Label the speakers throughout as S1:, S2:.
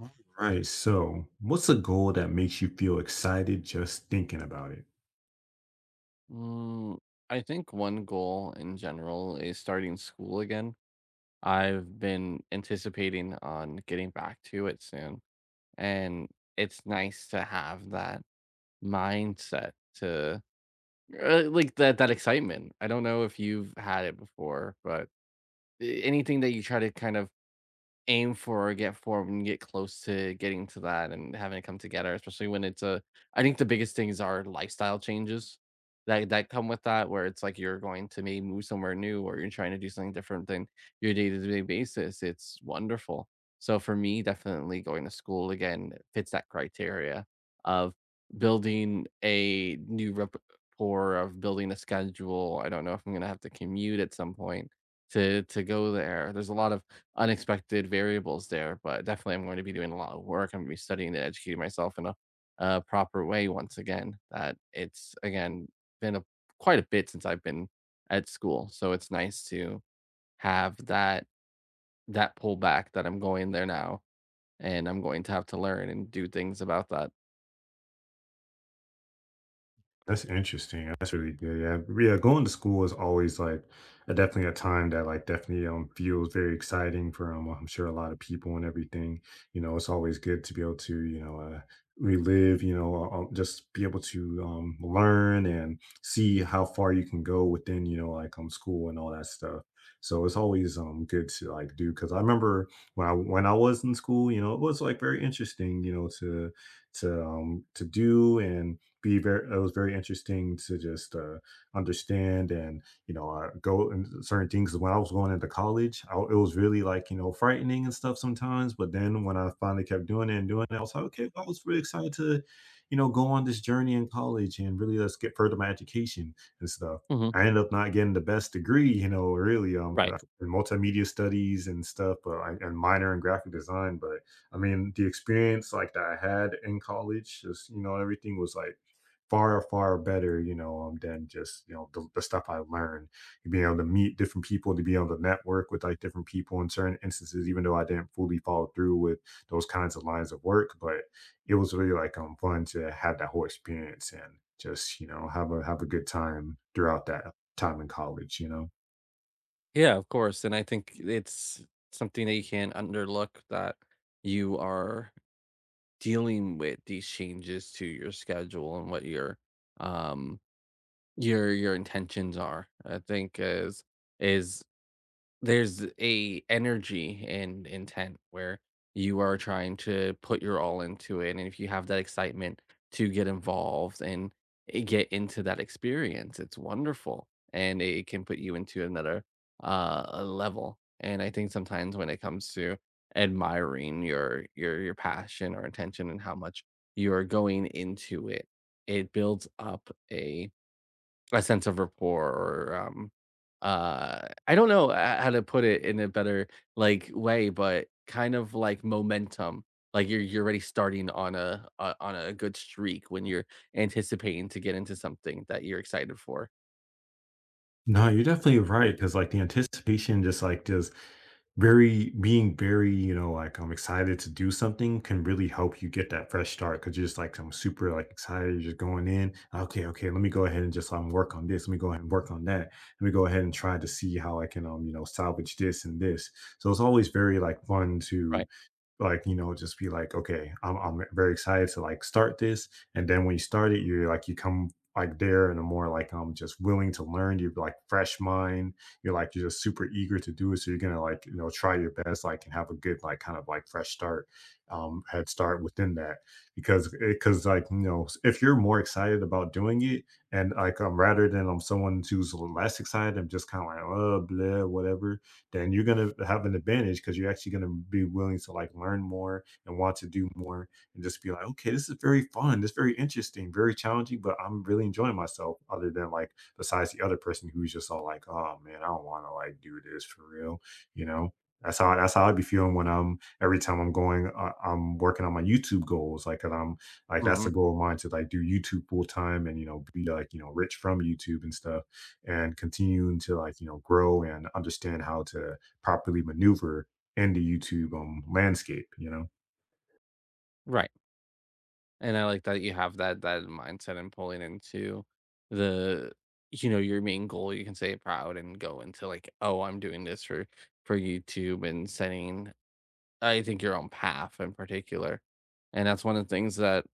S1: All right. So, what's
S2: Mm, I think one goal in general is starting school again. I've been anticipating on getting back to it soon, and it's nice to have that mindset to, like that excitement. I don't know if you've had it before, but anything that you try to kind of aim for or get for when you get close to getting to that and having it come together, especially when it's a I think the biggest things are lifestyle changes that come with that, where it's like you're going to maybe move somewhere new or you're trying to do something different than your day-to-day basis. It's wonderful. So for me, definitely going to school again fits that criteria of building a new rapport, of building a schedule. I don't know if I'm gonna have to commute at some point to go there. There's a lot of unexpected variables there, but definitely I'm going to be doing a lot of work. I'm going to be studying and educating myself in a proper way once again. That it's again been a quite a bit since I've been at school, so it's nice to have that pullback that I'm going there now, and I'm going to have to learn and do things about that.
S1: that's interesting. That's really good. Yeah, but yeah. Going to school is always like a, definitely a time that like definitely feels very exciting for I'm sure a lot of people and everything. You know, it's always good to be able to relive. You know, just be able to learn and see how far you can go within you know like school and all that stuff. So it's always good to like do because I remember when I was in school, you know, it was like very interesting. You know, to to do and be very it was very interesting to just understand and you know go and certain things when I was going into college I, it was really like you know frightening and stuff sometimes but then when I finally kept doing it I was like okay well, I was really excited to you know go on this journey in college and really let's get further my education and stuff.
S2: hmm
S1: I ended up not getting the best degree, you know, really,
S2: Right.
S1: in multimedia studies and stuff, but I, and minor in graphic design. But I mean, the experience like that I had in college, just you know, everything was like far better, you know, than just, you know, the stuff I learned. Being able to meet different people, to be able to network with like different people in certain instances, even though I didn't fully follow through with those kinds of lines of work. But it was really like fun to have that whole experience and just, you know, have a good time throughout that time in college, you know.
S2: Yeah, of course. And I think it's something that you can't underlook that you are dealing with these changes to your schedule and what your um your intentions are I think is there's a energy and intent where you are trying to put your all into it, and if you have that excitement to get involved and I get into that experience, it's wonderful, and it can put you into another, level, and I think sometimes when it comes to admiring your passion or intention and how much you're going into it, it builds up a sense of rapport or, I don't know h how to put it in a better, like, way, but kind of like momentum. Like, you're already starting on a good streak when you're anticipating to get into something that you're excited for.
S1: No, you're definitely right because, like, the anticipation just, like, just very being very, you know, like, I'm excited to do something can really help you get that fresh start because 'cause you're just like, "I'm super, like, excited," you're just going in, "Okay, okay, let me go ahead and just, work on this, let me go ahead and work on that, let me go ahead and try to see how I can, you know, salvage this and this." So it's always very, like, fun to,
S2: Right.
S1: like, you know, just be like, "Okay, I'm very excited to, like, start this," and then when you start it, you're like you come like there and a more like I just willing to learn you're like fresh mind you're like you're just super eager to do it so you're gonna like you know try your best like and have a good like kind of like fresh start head start within that because like you know if you're more excited about doing it and like rather than someone who's less excited and just kind of like oh blah whatever then you're gonna have an advantage because you're actually gonna be willing to like learn more and want to do more and just be like, okay, this is very fun. This is very interesting, very challenging, but I'm really enjoying myself. Other than like, besides the other person who's just all like, oh man, I don't want to like do this for real, you know. That's how I'd be feeling when I'm every time I'm going, I'm working on my YouTube goals. Like, I'm like that's a
S2: Mhm.
S1: goal of mine to like do YouTube full time and you know be like you know rich from YouTube and stuff, and continuing to like you know grow and understand how to properly maneuver in the YouTube landscape. You know.
S2: Right. And I like that you have that mindset and pulling into the you know, your main goal, you can say it proud and go into, like, "Oh, I'm doing this for YouTube," and setting I think your own path in particular. And that's one of the things that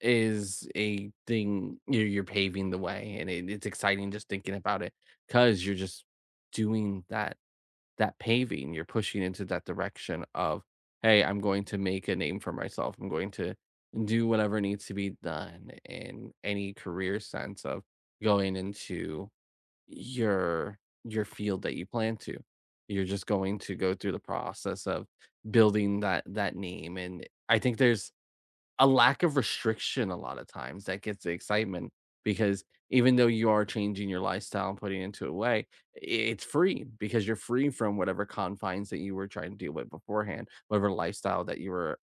S2: is a thing you're paving the way. And it, it's exciting just thinking about it because you're just doing that, that paving. You're pushing into that direction of, hey, I'm going to make a name for myself. I'm going to do whatever needs to be done in any career sense of going into your field that you plan to. You're just going to go through the process of building that name, and I think there's a lack of restriction a lot of times that gets the excitement because even though you are changing your lifestyle and putting into a way, it's free because you're free from whatever confines that you were trying to deal with beforehand, whatever lifestyle that you were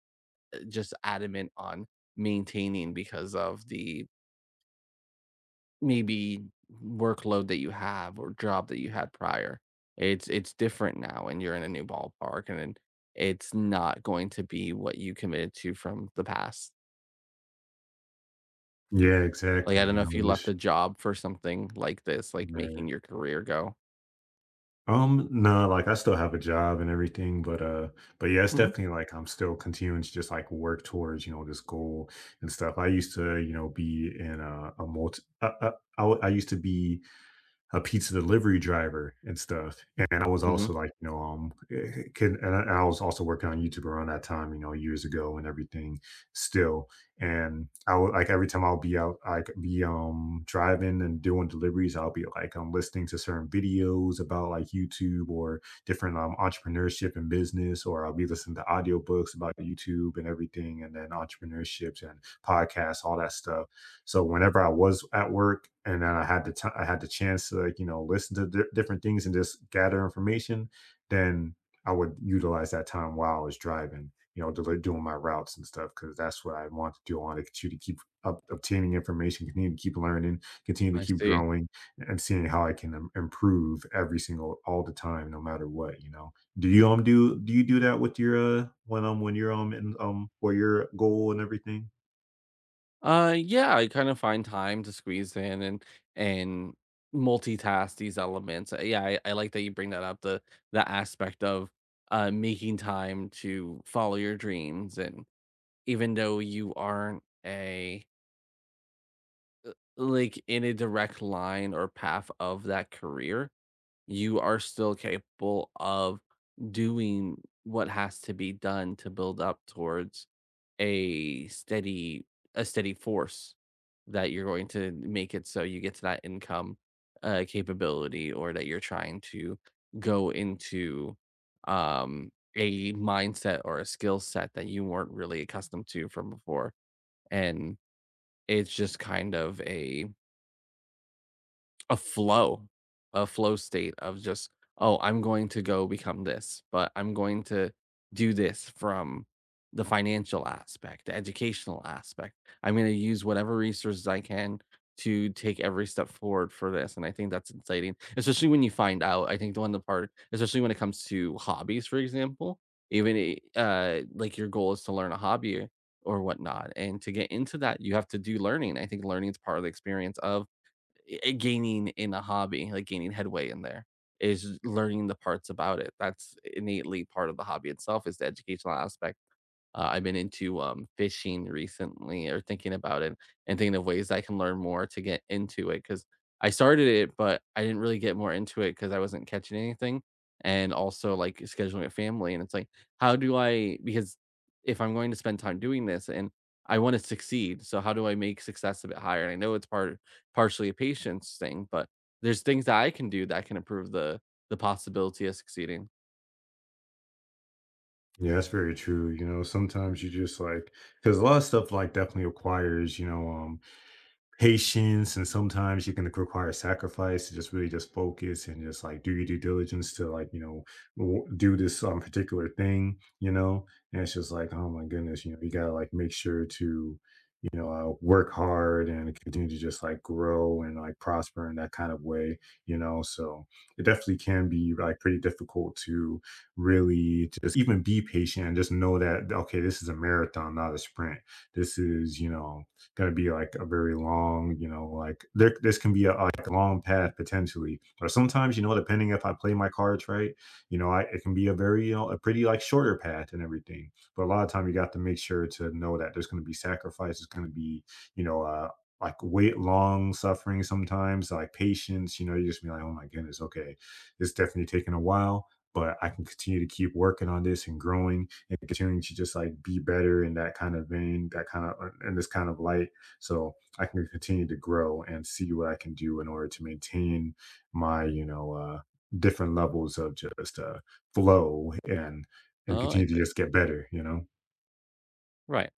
S2: just adamant on maintaining because of the maybe workload that you have or job that you had prior. It's different now and you're in a new ballpark and then it's not going to be what you committed to from the past.
S1: Yeah,
S2: Like,
S1: exactly,
S2: I don't
S1: you
S2: know
S1: know,
S2: if you left
S1: just
S2: a job for something like this, like
S1: right.
S2: making your career go.
S1: No, like, I still have a job and everything, but, yeah, it's
S2: Mhm,
S1: definitely, like, I'm still continuing to just, like, work towards, you know, this goal and stuff. I used to, you know, be in a multi I w I used to be a pizza delivery driver and stuff, and I was
S2: mhm,
S1: also like, you know, eh, can and I was also working on YouTube around that time, you know, years ago and everything still, and I would like every time I'll be out, I could be, driving and doing deliveries, I'll be like, I'm listening to certain videos about like YouTube or different, entrepreneurship and business, or I'll be listening to audiobooks about YouTube and everything, and then entrepreneurships and podcasts, all that stuff so whenever I was at work and I had the I had the chance to like you know listen to different things and just gather information, then I would utilize that time while I was driving, you know, doing my routes and stuff because that's what I want to do. I want to continue to keep up, obtaining information, continue to keep learning, continue to
S2: I
S1: keep
S2: see.
S1: growing, and seeing how I can improve every single all the time, no matter what. You know, do you do you do that with your when you're in for your goal and everything?
S2: Yeah, I kind of find time to squeeze in and multitask these elements. Yeah, I like that you bring that up, the aspect of making time to follow your dreams and even though you aren't a like, in a direct line or path of that career, you are still capable of doing what has to be done to build up towards a steady a steady force that you're going to make it so you get to that income, capability or that you're trying to go into, um, a mindset or a skill set that you weren't really accustomed to from before, and it's just kind of a a flow a flow state of just, "Oh, I'm going to go become this, but I'm going to do this from the financial aspect, the educational aspect. I'm gonna use whatever resources I can to take every step forward for this," and I think that's exciting, especially when you find out. I think the one the part especially when it comes to hobbies, for example, even I like, your goal is to learn a hobby or whatnot, and to get into that, you have to do learning. I think learning is part of the experience of gaining in a hobby, like gaining headway in there is learning the parts about it. That's innately part of the hobby itself is the educational aspect I've been into fishing recently or thinking about it and thinking of ways I can learn more to get into it because I started it, but I didn't really get more into it because I wasn't catching anything. And also like scheduling a family. And it's like, how do I, because if I'm going to spend time doing this and I want to succeed, so how do I make success a bit higher? And I know it's part partially a patience thing, but there's things that I can do that can improve the possibility of succeeding.
S1: Yeah, that's very true. You know, sometimes you just like because a lot of stuff like definitely requires you know patience and sometimes you can require sacrifice to just really just focus and just like do your due diligence to like you know do this particular thing you know and it's just like oh my goodness you know you gotta like make sure to work hard and continue to just like grow and like prosper in that kind of way you know so it definitely can be like pretty difficult to really just even be patient and just know that okay this is a marathon not a sprint this is you know going to be like a very long, you know, like there, this can be a like, long path potentially. Or sometimes, you know, depending if I play my cards right, you know, I, it can be a very, you know, a pretty like shorter path and everything. But a lot of time you got to make sure to know that there's going to be sacrifice. It's going to be, you know, like wait long suffering sometimes like patience you know you just be like oh my goodness okay it's definitely taking a while but I can continue to keep working on this and growing and continuing to just like be better in that kind of vein, that kind of in this kind of light. So I can continue to grow and see what I can do in order to maintain my, you know, different levels of just flow and
S2: Oh, I
S1: continue to
S2: see.
S1: just get better. You know.
S2: Right.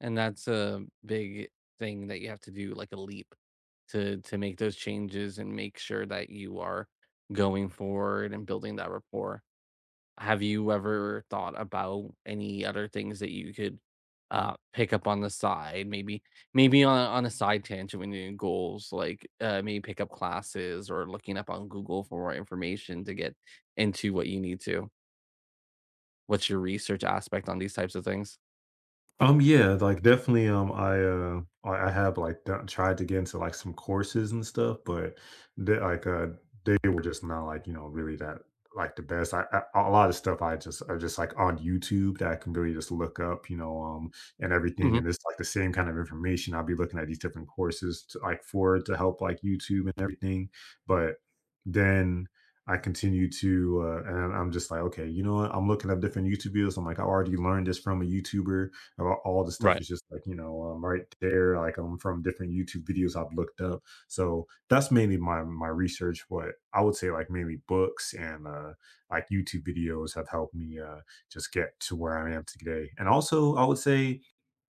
S2: And that's a big thing that you have to do, like a leap to make those changes and make sure that you are going forward and building that rapport. Have you ever thought about any other things that you could pick up on the side? Maybe maybe on a side tangent when doing goals, like maybe pick up classes or looking up on Google for more information to get into what you need to. What's your research aspect on these types of things?
S1: Yeah, like definitely. I have like done, tried to get into like some courses and stuff, but they, they were just not like you know really that like the best. I a lot of stuff I just are just like on YouTube that I can really just look up, you know, and everything,
S2: hmm
S1: and it's like the same kind of information. I'll be looking at these different courses to, like for to help like YouTube and everything, but then. I continue to, and I'm just like, okay, you know what? I'm looking up different YouTube videos. I'm like, I already learned this from a YouTuber about all the stuff
S2: Right.
S1: is just like, you know, right there, like from different YouTube videos I've looked up. So that's mainly my research. But I would say, like mainly books and like YouTube videos have helped me just get to where I am today. And also, I would say,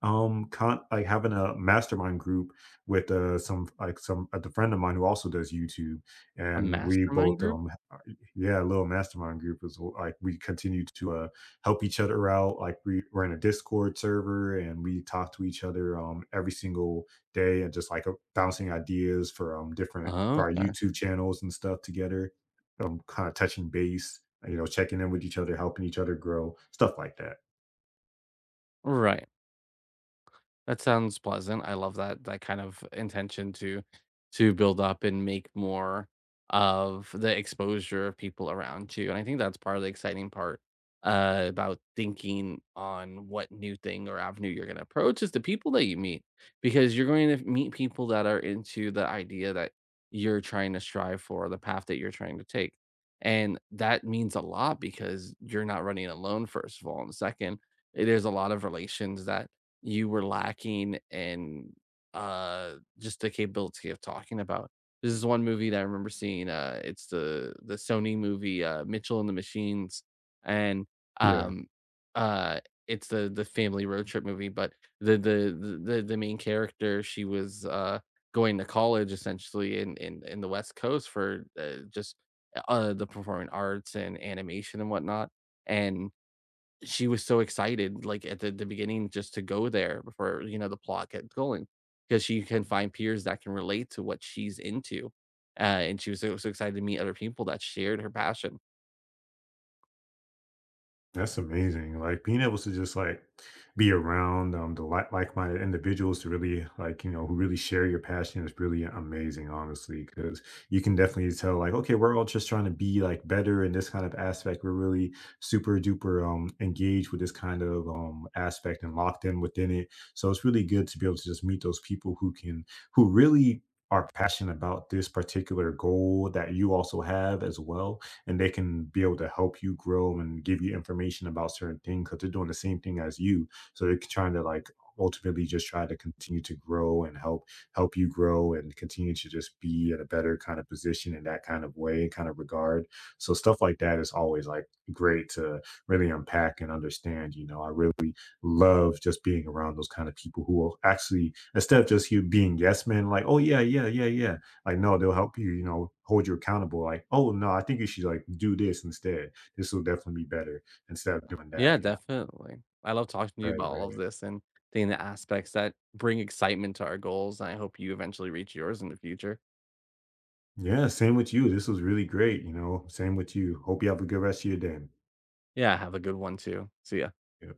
S1: like having a mastermind group with some like some a friend of mine who also does YouTube,
S2: A
S1: and we
S2: mastermind
S1: both
S2: group?
S1: yeah, little mastermind group is like we continue to help each other out. Like we, we're in a Discord server and we talk to each other every single day and just like bouncing ideas for different for
S2: Uh-huh,
S1: our
S2: okay.
S1: YouTube channels and stuff together. Kind of touching base, you know, checking in with each other, helping each other grow, stuff like that.
S2: Right. That sounds pleasant. I love that that kind of intention to build up and make more of the exposure of people around you. And I think that's part of the exciting part about thinking on what new thing or avenue you're going to approach is the people that you meet, because you're going to meet people that are into the idea that you're trying to strive for, the path that you're trying to take. And that means a lot because you're not running alone, first of all. And second, there's a lot of relations that you were lacking in, just the capability of talking about. This is one movie that I remember seeing, it's the Sony movie, Mitchell and the Machines, and,
S1: Yeah.
S2: um, uh, it's the family road trip movie, but the main character, she was, going to college essentially in the West Coast for, just, the performing arts and animation and whatnot, and she was so excited like at the beginning just to go there before you know the plot gets going because she can find peers that can relate to what she's into and she was so, so excited to meet other people that shared her passion.
S1: That's amazing. Like being able to just like be around the like like-minded individuals to really like, you know, who really share your passion is really amazing, honestly, because you can definitely tell like, okay, we're all just trying to be like better in this kind of aspect. We're really super duper engaged with this kind of aspect and locked in within it. So it's really good to be able to just meet those people who can who really are passionate about this particular goal that you also have as well and they can be able to help you grow and give you information about certain things because they're doing the same thing as you. So they're trying to like ultimately just try to continue to grow and help you grow and continue to just be in a better kind of position in that kind of way kind of regard so stuff like that is always like great to really unpack and understand you know I really love just being around those kind of people who will actually instead of just you being yes men like oh yeah like, no, they'll help you, you know, hold you accountable. Like, oh no, I think you should like do this instead. This will definitely be better instead of doing
S2: Yeah,
S1: that, you know.
S2: definitely. I love talking to you
S1: Right,
S2: about all of
S1: right.
S2: this and seeing the aspects that bring excitement to our goals, and I hope you eventually reach yours in the future.
S1: Yeah, same with you. This was really great, you know. Same with you. Hope you have a good rest of your day.
S2: Yeah, have a good one too. See ya.
S1: Yeah.